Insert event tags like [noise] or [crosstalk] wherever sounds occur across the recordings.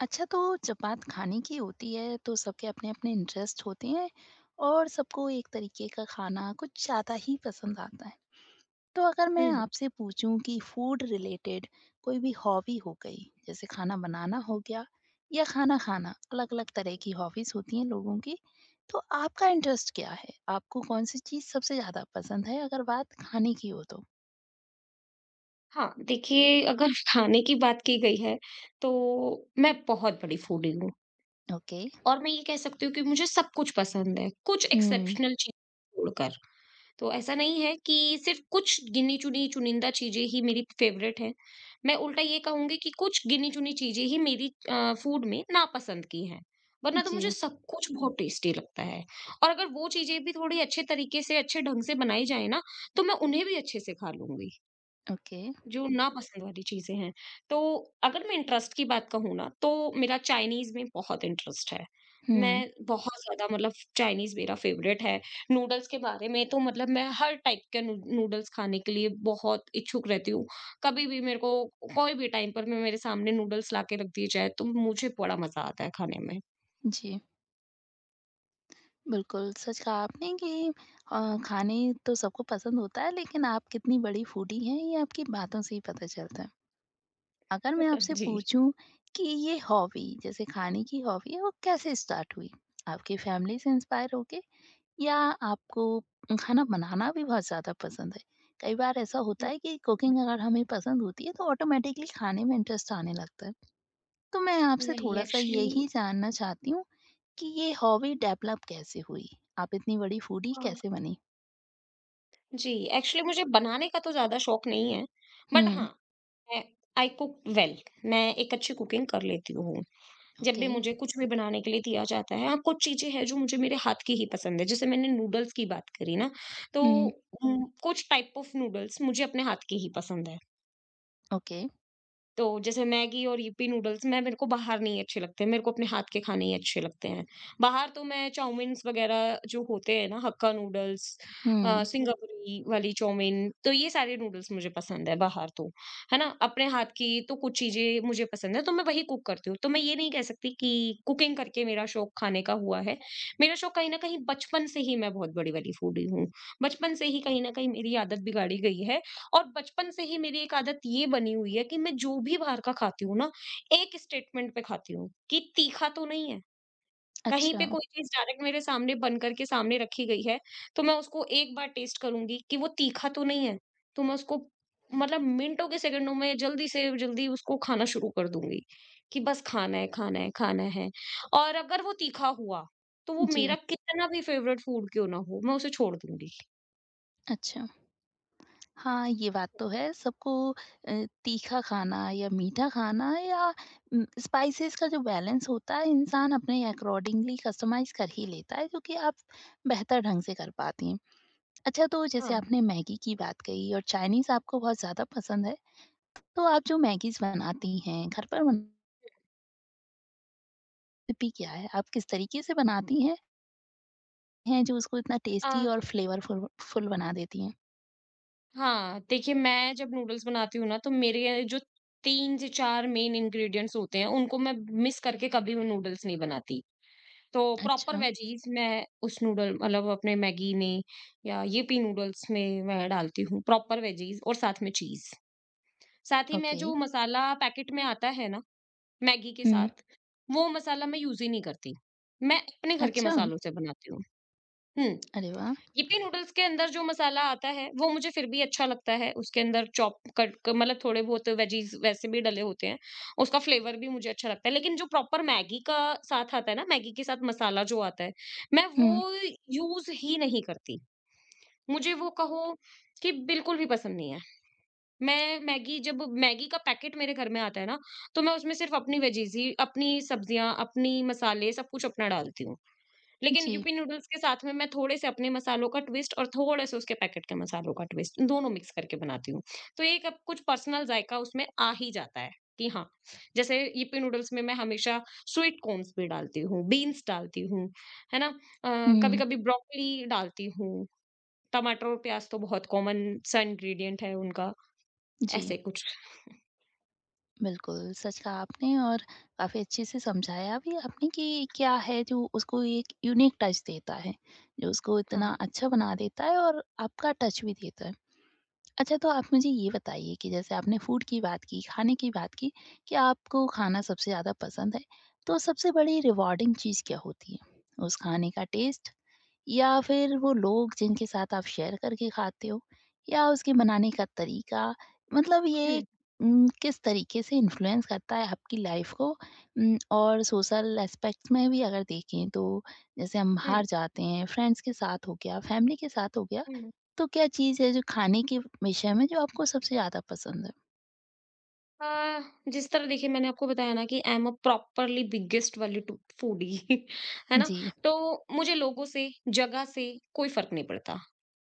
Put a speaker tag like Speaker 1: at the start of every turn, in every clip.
Speaker 1: अच्छा तो जब बात खाने की होती है तो सबके अपने-अपने इंटरेस्ट होते हैं और सबको एक तरीके का खाना कुछ ज़्यादा ही पसंद आता है। तो अगर मैं
Speaker 2: हुँ।
Speaker 1: आपसे पूछूं कि फूड रिलेटेड कोई भी हॉबी हो गई, जैसे खाना बनाना हो गया या खाना खाना, अलग-अलग तरह की हॉबीज होती हैं लोगों की, तो आपका इंटरेस्ट क्या है? आपको कौन-सी चीज़ सबसे ज़्यादा पसंद है अगर बात खाने की हो तो?
Speaker 2: हाँ, देखिए अगर [laughs] खाने की बात की गई है, तो मैं बहुत बड़ी फूडी हूँ।
Speaker 1: ओके।
Speaker 2: और मैं ये कह सकती हूँ कि मुझे सब कुछ पसंद है, कुछ
Speaker 1: हुँ।
Speaker 2: एक्सेप्शनल चीज़ छोड़कर। तो ऐसा नहीं है कि सिर्फ़ कुछ चुनिंदा चीज़ें ही मेरी फ़ेवरेट हैं। मैं उल्टा ये कहूँगी कि कुछ गिनी-चुनी चीज़ें ही मेरी फूड में नापसंद की हैं, वरना तो मुझे
Speaker 1: जी।
Speaker 2: सब कुछ बहुत टेस्टी लगता है। और अगर वो चीज़ें भी थोड़ी अच्छे ढंग से बनाई जाएँ ना, तो मैं उन्हें भी अच्छे से खा लूँगी।
Speaker 1: ओके।
Speaker 2: जो नापसंद वाली चीज़ें हैं। तो अगर मैं इंटरेस्ट की बात कहूँ ना, तो मेरा चाइनीज़ में बहुत इंटरेस्ट है।
Speaker 1: हुँ।
Speaker 2: मैं बहुत ज़्यादा मतलब चाइनीज़ मेरा फ़ेवरेट है। नूडल्स के बारे में तो मतलब मैं हर टाइप के नू नूडल्स खाने के लिए बहुत इच्छुक रहती हूँ। कभी भी मेरे को कोई भी टाइम पर मैं मेरे सामने नूडल्स ला के रख दिए जाए, तो मुझे बड़ा मज़ा आता है खाने में।
Speaker 1: जी। बिल्कुल, सच कहा आपने कि खाने तो सबको पसंद होता है लेकिन आप कितनी बड़ी फूडी हैं ये आपकी बातों से ही पता चलता है। अगर मैं
Speaker 2: [laughs]
Speaker 1: आपसे
Speaker 2: जी।
Speaker 1: पूछूँ कि ये हॉबी जैसे खाने की हॉबी है वो कैसे स्टार्ट हुई? आपकी फैमिली से इंस्पायर होके या आपको खाना बनाना भी बहुत ज़्यादा पसंद है? कई बार ऐसा होता
Speaker 2: हुँ,
Speaker 1: है कि कुकिंग अगर हमें पसंद होती है तो ऑटोमैटिकली खाने में इंटरेस्ट आने लगता है। तो मैं आपसे
Speaker 2: नहीं
Speaker 1: थोड़ा-सा
Speaker 2: एक्चुअली एक्चुअली
Speaker 1: यही जानना चाहती हूँ कि ये हॉबी डेवलप कैसे हुई? आप इतनी बड़ी फूडी
Speaker 2: अ,
Speaker 1: कैसे बनी?
Speaker 2: जी, एक्चुअली मुझे बनाने का तो ज़्यादा शौक नहीं है। बट
Speaker 1: हुँ।
Speaker 2: हाँ, मैं आई कुक वेल। मैं एक अच्छी कुकिंग कर लेती हूँ। जब भी
Speaker 1: ओके।
Speaker 2: मुझे कुछ भी बनाने के लिए दिया जाता है, हाँ, कुछ चीज़ें हैं जो मुझे मेरे हाथ की ही पसंद है। जैसे मैंने नूडल्स की बात करी ना, तो
Speaker 1: हुँ।
Speaker 2: कुछ टाइप ऑफ नूडल्स मुझे अपने हाथ के ही पसंद है।
Speaker 1: ओके।
Speaker 2: तो जैसे मैगी और यिप्पी नूडल्स मैं मेरे को बाहर नहीं अच्छे लगते, मेरे को अपने हाथ के खाने ही अच्छे लगते हैं। बाहर तो मैं चाउमीन्स वगैरह जो होते हैं ना हक्का नूडल्स अ,
Speaker 1: हुँ।
Speaker 2: हुँ। सिंगापुरी वाली चाउमीन तो ये सारे नूडल्स मुझे पसंद है बाहर तो, है ना? अपने हाथ की तो कुछ चीज़ें मुझे पसंद है तो मैं वही कुक करती हूँ। तो मैं ये नहीं कह सकती कि कुकिंग करके मेरा शौक खाने का हुआ है। मेरा शौक कहीं न कहीं बचपन से ही मैं बहुत बड़ी वाली फूडी हूँ। बचपन से ही कहीं न कहीं मेरी आदत बिगाड़ी गई है और बचपन से ही मेरी एक आदत ये बनी हुई है कि मैं जो भी बाहर का खाती हूँ ना, एक स्टेटमेंट पे खाती हूँ कि तीखा तो नहीं है। कहीं
Speaker 1: अच्छा।
Speaker 2: पे कोई चीज़ डायरेक्ट मेरे सामने बन करके सामने रखी गई है, तो मैं उसको एक बार टेस्ट करूँगी कि वो तीखा तो नहीं है, तो मैं उसको मतलब मिनटों के सेकंडों में जल्दी से जल्दी उसको खाना शुरू कर दूँगी कि बस खाना है, खाना है, खाना है। और अगर वो तीखा हुआ, तो वो
Speaker 1: जी।
Speaker 2: मेरा कितना भी फेवरेट फूड क्यों ना हो, मैं उसे छोड़ दूँगी।
Speaker 1: अच्छा। हाँ, ये बात तो है सबको अ, तीखा खाना या मीठा खाना या स्पाइसेस का जो बैलेंस होता है इंसान अपने अकॉर्डिंगली कस्टमाइज़ कर ही लेता है, जो कि आप बेहतर ढंग से कर पाती हैं। अच्छा तो जैसे
Speaker 2: हाँ।
Speaker 1: आपने मैगी की बात कही और चाइनीज़ आपको बहुत ज़्यादा पसंद है, तो आप जो मैगीज़ बनाती हैं, घर पर बन रेसिपी क्या है? आप किस तरीके से बनाती हैं जो उसको इतना टेस्टी
Speaker 2: अ,
Speaker 1: और फ्लेवरफुल फुल बना देती हैं?
Speaker 2: हाँ, देखिए मैं जब नूडल्स बनाती हूँ ना तो मेरे जो 3 से 4 मेन इंग्रीडिएंट्स होते हैं उनको मैं मिस करके कभी भी नूडल्स नहीं बनाती। तो प्रॉपर
Speaker 1: अच्छा,
Speaker 2: वेजीज़ मैं उस नूडल मतलब अपने मैगी में या यिप्पी नूडल्स में मैं डालती हूँ प्रॉपर वेजीज़ और साथ में चीज़। साथ ही में
Speaker 1: ओके।
Speaker 2: जो मसाला पैकेट में आता है ना, मैगी के
Speaker 1: हुँ,
Speaker 2: साथ, वो मसाला मैं यूज़ ही नहीं करती। मैं अपने घर के
Speaker 1: अच्छा,
Speaker 2: मसालों से बनाती हूँ। हुँ,
Speaker 1: अरे वाह!
Speaker 2: यिप्पी नूडल्स के अंदर जो मसाला आता है, वो मुझे फिर भी अच्छा लगता है। उसके अंदर चॉप कट क मतलब थोड़े बहुत वेजीज़ वैसे भी डले होते हैं। उसका फ्लेवर भी मुझे अच्छा लगता है। लेकिन जो प्रॉपर मैगी का साथ आता है ना, मैगी के साथ मसाला जो आता है, मैं
Speaker 1: हुँ,
Speaker 2: वो यूज़ ही नहीं करती। मुझे वो कहो कि बिल्कुल भी पसंद नहीं है। मैं मैगी जब मैगी का पैकेट मेरे घर में आता है ना, तो मैं उसमें सिर्फ़ अपनी वेजीज़ ही अपनी सब्जियाँ, अपनी मसाले सब कुछ अपना डालती हूँ। लेकिन
Speaker 1: जी।
Speaker 2: यूपी नूडल्स के साथ में मैं थोड़े-से अपने मसालों का ट्विस्ट और थोड़े-से उसके पैकेट के मसालों का ट्विस्ट, दोनों मिक्स करके बनाती हूँ। तो एक अब कुछ पर्सनल ज़ायक़ा उसमें आ ही जाता है कि हाँ, जैसे यूपी नूडल्स में मैं हमेशा स्वीट कॉर्न्स भी डालती हूँ, बीन्स डालती हूँ, है ना?
Speaker 1: हुँ,
Speaker 2: कभी-कभी ब्रोकली डालती हूँ, टमाटर और प्याज़ तो बहुत कॉमन सा इंग्रीडिएंट है उनका,
Speaker 1: जी,
Speaker 2: ऐसे कुछ।
Speaker 1: बिल्कुल, सच कहा आपने और काफ़ी अच्छे से समझाया भी आपने कि क्या है जो उसको एक यूनिक टच देता है, जो उसको इतना
Speaker 2: हाँ,
Speaker 1: अच्छा बना देता है और आपका टच भी देता है। अच्छा, तो आप मुझे ये बताइए कि जैसे आपने फूड की बात की, खाने की बात की कि आपको खाना सबसे ज़्यादा पसंद है, तो सबसे बड़ी रिवॉर्डिंग चीज़ क्या होती है? उस खाने का टेस्ट या फिर वो लोग जिनके साथ आप शेयर करके खाते हो या उसके बनाने का तरीका मतलब ये
Speaker 2: हुँ,
Speaker 1: किस तरीके से इन्फ्लुएंस करता है आपकी लाइफ को और सोशल एस्पेक्ट्स में भी अगर देखें तो जैसे हम
Speaker 2: हुँ,
Speaker 1: बाहर जाते हैं फ्रेंड्स के साथ हो गया फैमिली के साथ हो गया
Speaker 2: हुँ।
Speaker 1: तो क्या चीज़ है जो खाने के विषय में जो आपको सबसे ज़्यादा पसंद है?
Speaker 2: अ, जिस तरह देखिए मैंने आपको बताया ना कि I am uh properly biggest वाली टू फूडी [laughs] है ना?
Speaker 1: जी।
Speaker 2: तो मुझे लोगों से, जगह से कोई फ़र्क नहीं पड़ता।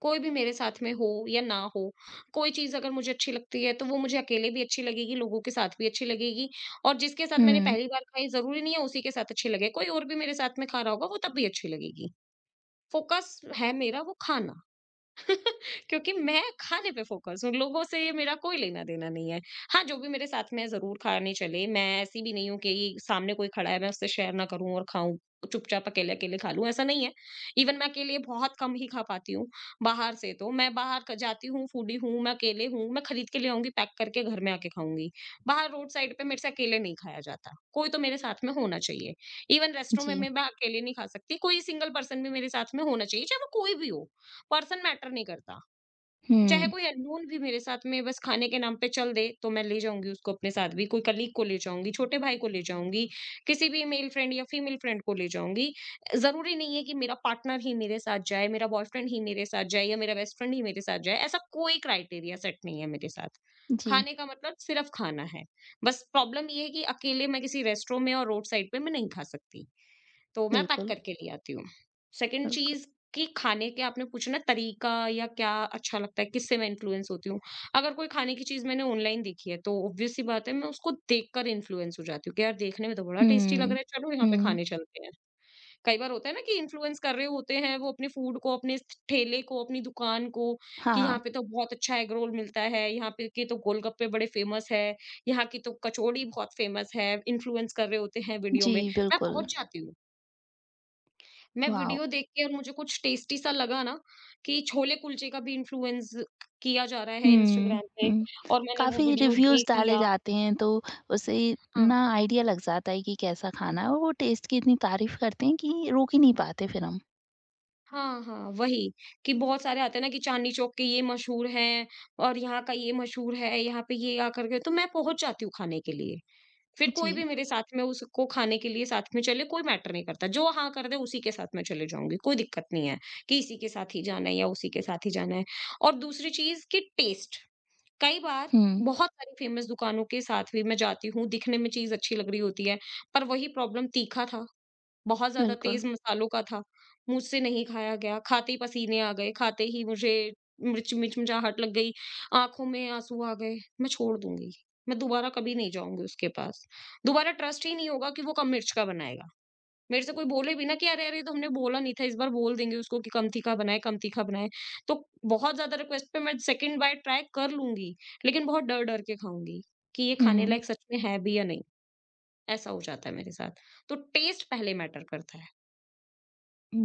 Speaker 2: कोई भी मेरे साथ में हो या ना हो, कोई चीज़ अगर मुझे अच्छी लगती है, तो वो मुझे अकेले भी अच्छी लगेगी, लोगों के साथ भी अच्छी लगेगी और जिसके साथ मैंने
Speaker 1: हुँ,
Speaker 2: पहली बार खाई, ज़रूरी नहीं है उसी के साथ अच्छी लगे। कोई और भी मेरे साथ में खा रहा होगा, वो तब भी अच्छी लगेगी। फ़ोकस है मेरा वो खाना। क्योंकि मैं खाने पे फोकस हूँ लोगों से ये मेरा कोई लेना देना नहीं है। हाँ, जो भी मेरे साथ में है जरूर खाने चले। मैं ऐसी भी नहीं हूँ कि सामने कोई खड़ा है मैं उससे शेयर ना करूं और खाऊं, चुपचाप अकेले अकेले खा लूं, ऐसा नहीं है। इवन मैं अकेले बहुत कम ही खा पाती हूँ। बाहर से तो जाती हूँ फूडी हूँ, मैं अकेले हूँ, मैं खरीद के ले आऊंगी, पैक करके घर में आके खाऊंगी। बाहर रोड साइड पे मेरे से अकेले नहीं खाया जाता, कोई तो मेरे साथ में होना चाहिए। इवन रेस्टोरेंट में
Speaker 1: जी।
Speaker 2: मैं अकेले नहीं खा सकती, कोई सिंगल पर्सन भी मेरे साथ में होना चाहिए, चाहे वो कोई भी हो। पर्सन मैटर नहीं करता, चाहे
Speaker 1: हुँ,
Speaker 2: कोई अननोन भी मेरे साथ में बस खाने के नाम पे चल दे, तो मैं ले जाऊँगी उसको अपने साथ भी, कोई कलीग को ले जाऊँगी, छोटे भाई को ले जाऊँगी, किसी भी मेल फ्रेंड या फीमेल फ्रेंड को ले जाऊँगी। ज़रूरी नहीं है कि मेरा पार्टनर ही मेरे साथ जाए, मेरा बॉयफ्रेंड ही मेरे साथ जाए या मेरा बेस्ट फ्रेंड ही मेरे साथ जाए, ऐसा कोई क्राइटेरिया सेट नहीं है मेरे साथ।
Speaker 1: जी।
Speaker 2: खाने का मतलब सिर्फ़ खाना है। बस प्रॉब्लम ये है कि अकेले मैं किसी रेस्टोरेंट में और रोड साइड पे मैं नहीं खा सकती। तो मैं पैक
Speaker 1: बिल्कुल,
Speaker 2: करके ले आती हूँ। सेकंड
Speaker 1: बिल्कुल।
Speaker 2: चीज़ कि खाने के आपने पूछा ना तरीका या क्या अच्छा लगता है, किससे मैं इन्फ्लुएंस होती हूँ। अगर कोई खाने की चीज़ मैंने ऑनलाइन देखी है तो ऑब्वियस सी बात है मैं उसको देखकर इन्फ्लुएंस हो जाती हूँ कि यार देखने में तो बड़ा टेस्टी लग
Speaker 1: हुँ,
Speaker 2: रहा है, चलो यहाँ पे
Speaker 1: हुँ।
Speaker 2: खाने चलते हैं। कई बार होता है ना कि इन्फ्लुएंस कर रहे होते हैं वो अपने फूड को, अपने इस ठेले को, अपनी दुकान को कि
Speaker 1: हाँ,
Speaker 2: यहाँ पे तो बहुत अच्छा एग रोल मिलता है, यहाँ पे के तो गोलगप्पे बड़े फेमस है, यहाँ की तो कचौड़ी बहुत फेमस है, इन्फ्लुएंस कर रहे होते हैं वीडियो
Speaker 1: जी
Speaker 2: में। मैं
Speaker 1: बिल्कुल।
Speaker 2: पहुँच जाती हूँ। मैं
Speaker 1: वॉव!
Speaker 2: वीडियो देख के और मुझे कुछ टेस्टी सा लगा ना कि छोले कुलचे का भी इन्फ्लुएंस किया जा रहा है
Speaker 1: हुँ,
Speaker 2: इंस्टाग्राम पे
Speaker 1: हुँ।
Speaker 2: और मैंने वो
Speaker 1: काफ़ी
Speaker 2: वीडियो
Speaker 1: रिव्यूज़
Speaker 2: देख
Speaker 1: डाले
Speaker 2: लिया।
Speaker 1: जाते हैं तो उससे
Speaker 2: हाँ।
Speaker 1: ना आइडिया लग जाता है कि कैसा खाना है और वो टेस्ट की इतनी तारीफ़ करते हैं कि रोक ही नहीं पाते फिर हम।
Speaker 2: हाँ, वही कि बहुत सारे आते हैं ना कि चांदनी चौक के ये मशहूर हैं और यहाँ का ये मशहूर है, यहाँ पे ये आकर के तो मैं पहुँच जाती हूँ खाने के लिए। फिर
Speaker 1: जी।
Speaker 2: कोई भी मेरे साथ में उसको खाने के लिए साथ में चले, कोई मैटर नहीं करता। जो हाँ कर दे उसी के साथ मैं चले जाऊँगी, कोई दिक्कत नहीं है कि इसी के साथ ही जाना है या उसी के साथ ही जाना है। और दूसरी चीज़ कि टेस्ट कई बार
Speaker 1: हुँ,
Speaker 2: बहुत सारी फ़ेमस दुकानों के साथ भी मैं जाती हूँ, दिखने में चीज़ अच्छी लग रही होती है, पर वही प्रॉब्लम तीखा था, बहुत ज़्यादा
Speaker 1: बिल्कुल।
Speaker 2: तेज़ मसालों का था, मुझसे नहीं खाया गया, खाते ही पसीने आ गए, खाते ही मुझे मिर्च मिचमिचाहट लग गई, आँखों में आँसू आ गए, मैं छोड़ दूँगी। मैं दोबारा कभी नहीं जाऊँगी उसके पास, दोबारा ट्रस्ट ही नहीं होगा कि वो कम मिर्च का बनाएगा। मेरे से कोई बोले भी ना कि अरे ये तो हमने बोला नहीं था, इस बार बोल देंगे उसको कि कम तीखा बनाए। तो बहुत ज़्यादा रिक्वेस्ट पे मैं सेकंड बाइट ट्राई कर लूँगी, लेकिन बहुत डर-डर के खाऊँगी कि ये खाने
Speaker 1: हुँ।
Speaker 2: लायक सच में है भी या नहीं, ऐसा हो जाता है मेरे साथ। तो टेस्ट पहले मैटर करता है।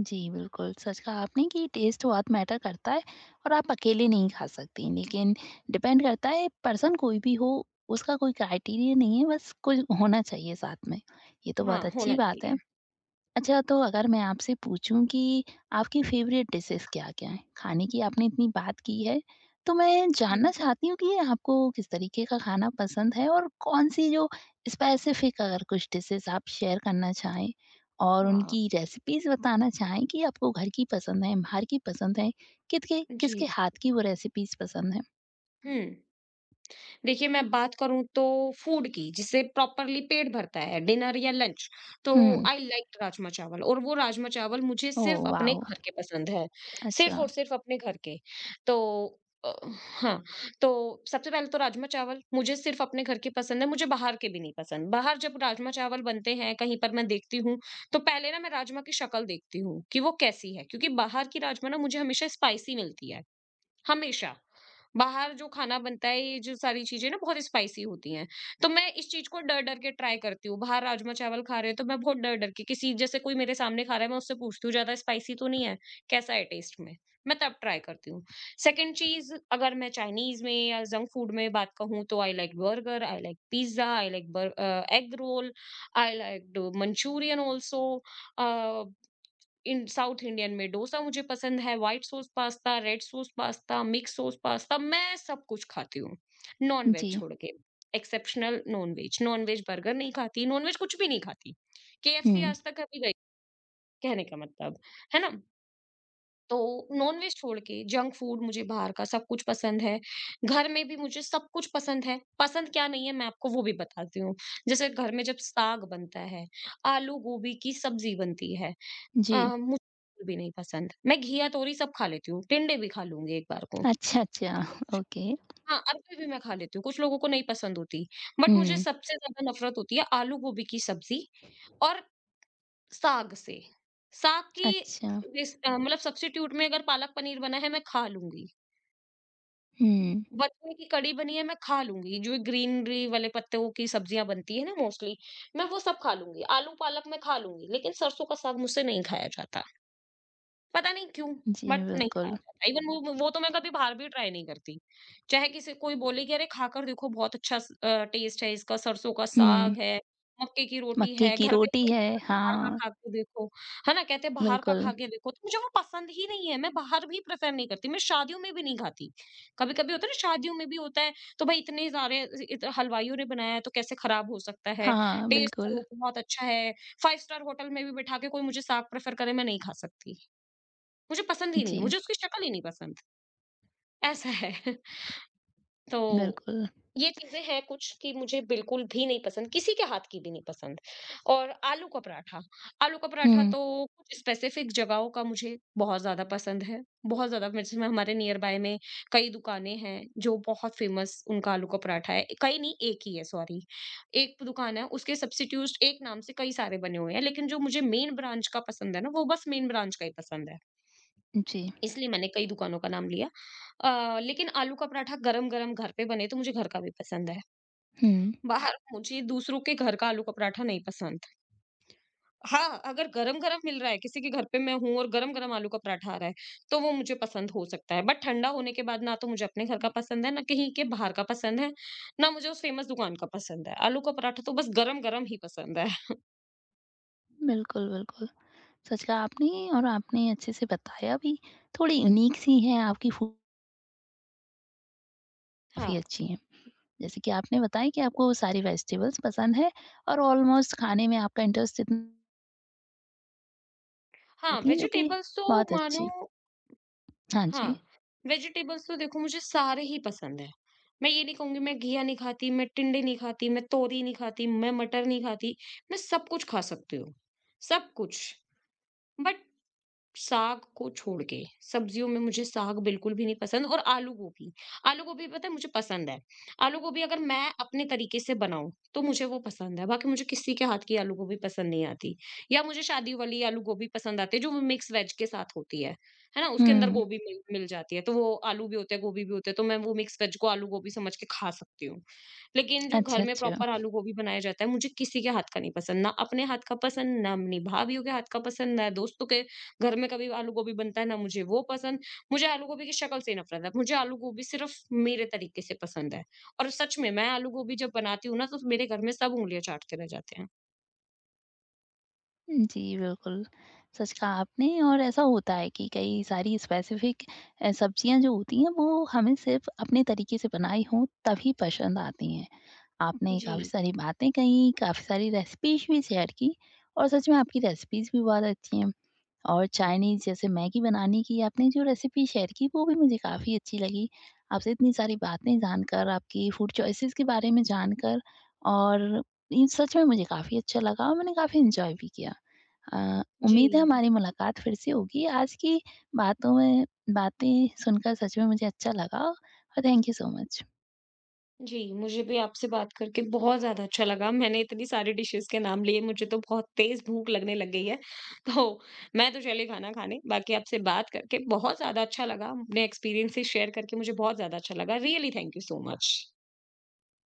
Speaker 1: जी, बिल्कुल, सच कहा आपने कि टेस्ट बहुत मैटर करता है और आप अकेले नहीं खा सकती, लेकिन डिपेंड करता है पर्सन कोई भी हो, उसका कोई क्राइटेरिया नहीं है, बस कोई होना चाहिए साथ में। ये तो
Speaker 2: हाँ,
Speaker 1: बहुत अच्छी
Speaker 2: होना
Speaker 1: बात है।
Speaker 2: चाहिए।
Speaker 1: अच्छा तो अगर मैं आपसे पूछूं कि आपकी फेवरेट डिशेस क्या-क्या हैं? खाने की आपने इतनी बात की है, तो मैं जानना
Speaker 2: हुँ,
Speaker 1: चाहती हूँ कि आपको किस तरीके का खाना पसंद है और कौन-सी जो स्पेसिफिक अगर कुछ डिशेस आप शेयर करना चाहें और
Speaker 2: हाँ,
Speaker 1: उनकी रेसिपीज़ बताना चाहें कि आपको घर की पसंद है, बाहर की पसंद है, कितके किसके
Speaker 2: जी।
Speaker 1: हाथ की वो रेसिपीज़ पसंद है?
Speaker 2: हुँ। देखिए मैं बात करूँ तो फूड की जिससे प्रॉपर्ली पेट भरता है डिनर या लंच, तो
Speaker 1: हुँ।
Speaker 2: आई लाइक राजमा चावल और वो राजमा चावल मुझे
Speaker 1: ओह
Speaker 2: सिर्फ अपने
Speaker 1: वाओ!
Speaker 2: घर के पसंद है, सिर्फ
Speaker 1: अच्छा।
Speaker 2: और सिर्फ अपने घर के। तो अ, हाँ, तो सबसे पहले तो राजमा चावल मुझे सिर्फ अपने घर के पसंद है, मुझे बाहर के भी नहीं पसंद। बाहर जब राजमा चावल बनते हैं कहीं पर मैं देखती हूँ तो पहले ना मैं राजमा की शक्ल देखती हूँ कि वो कैसी है क्योंकि बाहर की राजमा ना मुझे हमेशा स्पाइसी मिलती है, हमेशा। बाहर जो खाना बनता है ये जो सारी चीज़ें ना बहुत स्पाइसी होती हैं। तो मैं इस चीज़ को डर-डर के ट्राई करती हूँ। बाहर राजमा-चावल खा रहे हो तो मैं बहुत डर-डर के किसी जैसे कोई मेरे सामने खा रहा है मैं उससे पूछती हूँ ज़्यादा स्पाइसी तो नहीं है? कैसा है टेस्ट में? मैं तब ट्राई करती हूँ। सेकंड चीज़ अगर मैं चाइनीज़ में या जंक फूड में बात कहूँ तो I like burger, I like pizza, I like egg roll, I like the Manchurian also. Uh, in south Indian में डोसा मुझे पसंद है, white sauce pasta, red sauce pasta, mix sauce pasta, मैं सब कुछ खाती हूँ, नॉन-वेज
Speaker 1: जी।
Speaker 2: छोड़ के। एक्सेप्शनल नॉन-वेज, नॉन-वेज बर्गर नहीं खाती, नॉन-वेज कुछ भी नहीं खाती। केएफसी
Speaker 1: हुँ।
Speaker 2: आज तक कभी गई कहने का मतलब, है ना? तो नॉन-वेज छोड़ के जंक फूड मुझे बाहर का सब कुछ पसंद है। घर में भी मुझे सब कुछ पसंद है, पसंद क्या नहीं है मैं आपको वो भी बताती हूँ। जैसे घर में जब साग बनता है, आलू गोभी की सब्जी बनती है,
Speaker 1: जी।
Speaker 2: मुझे बिल्कुल भी नहीं पसंद। मैं घिया, तोरी सब खा लेती हूँ, टिंडे भी खा लूँगी एक बार को।
Speaker 1: अच्छा, अच्छा।
Speaker 2: सब कुछ
Speaker 1: ओके।
Speaker 2: हाँ, अरबी भी मैं खा लेती हूँ, कुछ लोगों को नहीं पसंद होती। बट मुझे
Speaker 1: हुँ।
Speaker 2: सबसे ज़्यादा नफ़रत होती है आलू गोभी की सब्ज़ी और साग से। साग की
Speaker 1: अच्छा।
Speaker 2: मतलब सब्स्टिट्यूट में अगर पालक पनीर बना है, मैं खा लूँगी।
Speaker 1: हुँ।
Speaker 2: बथुए की कड़ी बनी है, मैं खा लूँगी। जो ग्रीनरी वाले पत्तों की सब्ज़ियाँ बनती है ना मोस्टली, मैं वो सब खा लूँगी। आलू पालक मैं खा लूँगी, लेकिन सरसों का साग मुझसे नहीं खाया जाता। पता नहीं क्यों,
Speaker 1: जी,
Speaker 2: बट नहीं खाया
Speaker 1: बिल्कुल।
Speaker 2: जाता। इवन वो तो मैं कभी बाहर भी ट्राई नहीं करती। चाहे किसी कोई बोले कि अरे खाकर देखो बहुत अच्छा टेस्ट है इसका, सरसों का
Speaker 1: हुँ,
Speaker 2: साग है, मक्के की रोटी
Speaker 1: मक्के
Speaker 2: है,
Speaker 1: की
Speaker 2: घर का ही
Speaker 1: रोटी
Speaker 2: तो
Speaker 1: है,
Speaker 2: है, बाहर का
Speaker 1: हाँ,
Speaker 2: खा के देखो। है ना? कहते हैं बाहर का
Speaker 1: बिल्कुल।
Speaker 2: खा के देखो, तो मुझे वो पसंद ही नहीं है। मैं बाहर भी प्रेफ़र नहीं करती, मैं शादियों में भी नहीं खाती। कभी-कभी होता है ना शादियों में भी होता है, तो भाई इतने सारे इ इत हलवाइयों ने बनाया है तो कैसे खराब हो सकता है?
Speaker 1: हाँ, हाँ,
Speaker 2: टेस्ट
Speaker 1: बिल्कुल।
Speaker 2: करो बहुत अच्छा है। 5 स्टार होटल में भी बैठा के कोई मुझे साग प्रेफ़र करे, मैं नहीं खा सकती। मुझे पसंद ही नहीं है,
Speaker 1: जी,
Speaker 2: मुझे उसकी शक्ल ही नहीं पसंद, ऐसा है। [laughs] तो
Speaker 1: बिल्कुल।
Speaker 2: ये चीज़ें हैं कुछ कि मुझे बिल्कुल भी नहीं पसंद, किसी के हाथ की भी नहीं पसंद और आलू का पराठा
Speaker 1: हुँ,
Speaker 2: तो कुछ स्पेसिफ़िक जगहों का मुझे बहुत ज़्यादा पसंद है, बहुत ज़्यादा वैसे में हमारे नियर बाय में कई दुकानें हैं जो बहुत फ़ेमस उनका आलू का पराठा है, कई नहीं एक ही है सॉरी, एक दुकान है उसके सब्स्टिट्यूट एक नाम से कई सारे बने हुए हैं, लेकिन जो मुझे मेन ब्रांच का पसंद है ना, वो बस मेन ब्रांच का ही पसंद है।
Speaker 1: जी,
Speaker 2: इसलिए मैंने कई दुकानों का नाम लिया। लेकिन आलू का पराठा गरम-गरम घर पे बने तो मुझे घर का भी पसंद है।
Speaker 1: हुँ।
Speaker 2: बाहर मुझे दूसरों के घर का आलू का पराठा नहीं पसंद। हाँ, अगर गरम-गरम मिल रहा है किसी के घर पे मैं हूँ और गरम-गरम आलू का पराठा आ रहा है, तो वो मुझे पसंद हो सकता है। बट ठंडा होने के बाद ना तो मुझे अपने घर का पसंद है, ना कहीं के बाहर का पसंद है, ना मुझे उस फेमस दुकान का पसंद है। आलू का पराठा तो बस गरम-गरम ही पसंद है।
Speaker 1: बिल्कुल, बिल्कुल, सच कहा आपने और आपने अच्छे से बताया भी। थोड़ी यूनिक सी हैं, आपकी फूड काफ़ी
Speaker 2: हाँ।
Speaker 1: अच्छी हैं। जैसे कि आपने बताया कि आपको सारी वेजिटेबल्स पसंद है और ऑलमोस्ट खाने में आपका इंटरेस्ट इतना
Speaker 2: हाँ,
Speaker 1: रहती है, जो कि
Speaker 2: वेजिटेबल्स तो
Speaker 1: बहुत
Speaker 2: मानो
Speaker 1: अच्छी। हाँ
Speaker 2: हाँ,
Speaker 1: जी।
Speaker 2: वेजिटेबल्स तो देखो मुझे सारे ही पसंद हैं। मैं ये नहीं कहूँगी मैं घिया नहीं खाती, मैं टिंडे नहीं खाती, मैं तोरी नहीं खाती, मैं मटर नहीं खाती, मैं सब कुछ खा सकती हूँ, सब कुछ। बट साग को छोड़ के, सब्जियों में मुझे साग बिल्कुल भी नहीं पसंद और आलू गोभी पता है मुझे पसंद है। आलू गोभी अगर मैं अपने तरीके से बनाऊँ, तो मुझे वो पसंद है, बाकी मुझे किसी के हाथ की आलू गोभी पसंद नहीं आती। या मुझे शादी वाली आलू गोभी पसंद आती है जो मिक्स वेज के साथ होती है ना? उसके अंदर
Speaker 1: हुँ,
Speaker 2: गोभी मिल मिल जाती है, तो वो आलू भी होते हैं, गोभी भी होते हैं, तो मैं वो मिक्स वेज को आलू गोभी समझ के खा सकती हूँ। लेकिन जो
Speaker 1: अच्छा,
Speaker 2: घर में
Speaker 1: अच्छा।
Speaker 2: प्रॉपर आलू गोभी बनाया जाता है, मुझे किसी के हाथ का नहीं पसंद, ना अपने हाथ का पसंद, ना अपनी भाभीयों के हाथ का पसंद, ना दोस्तों के घर में कभी आलू गोभी बनता है ना मुझे वो पसंद, मुझे आलू गोभी की शक्ल से नफ़रत है। मुझे आलू गोभी सिर्फ़ मेरे तरीके से पसंद है और सच में मैं आलू गोभी जब बनाती हूँ ना तो मेरे घर में सब उँगलियाँ चाटते रह जाते हैं।
Speaker 1: जी, बिल्कुल, सच कहा आपने और ऐसा होता है कि कई सारी स्पेसिफ़िक सब्ज़ियाँ जो होती हैं वो हमें सिर्फ़ अपने तरीके से बनाई हों तभी पसंद आती हैं। आपने काफ़ी
Speaker 2: जी।
Speaker 1: सारी बातें कहीं, काफ़ी सारी रेसिपीज़ भी शेयर की और सच में आपकी रेसिपीज़ भी बहुत अच्छी हैं और चाइनीज़ जैसे मैगी बनाने की आपने जो रेसिपी शेयर की वो भी मुझे काफ़ी अच्छी लगी। आपसे इतनी सारी बातें जानकर, आपकी फूड चॉइसेस के बारे में जानकर और इन सच में मुझे काफ़ी अच्छा लगा और मैंने काफ़ी एन्जॉय भी किया।
Speaker 2: जी,
Speaker 1: उम्मीद है हमारी मुलाकात फिर से होगी। आज की बातों में बातें सुनकर सच में मुझे अच्छा लगा और थैंक यू सो मच।
Speaker 2: जी, मुझे भी आपसे बात करके बहुत ज़्यादा अच्छा लगा। मैंने इतनी सारी डिशेज़ के नाम लिए, मुझे तो बहुत तेज़ भूख लगने लग गई है। तो मैं तो चली खाना खाने, बाकी आपसे बात करके बहुत ज़्यादा अच्छा लगा। अपने एक्सपीरियंसेस शेयर करके मुझे बहुत ज़्यादा अच्छा लगा। Really thank you so much.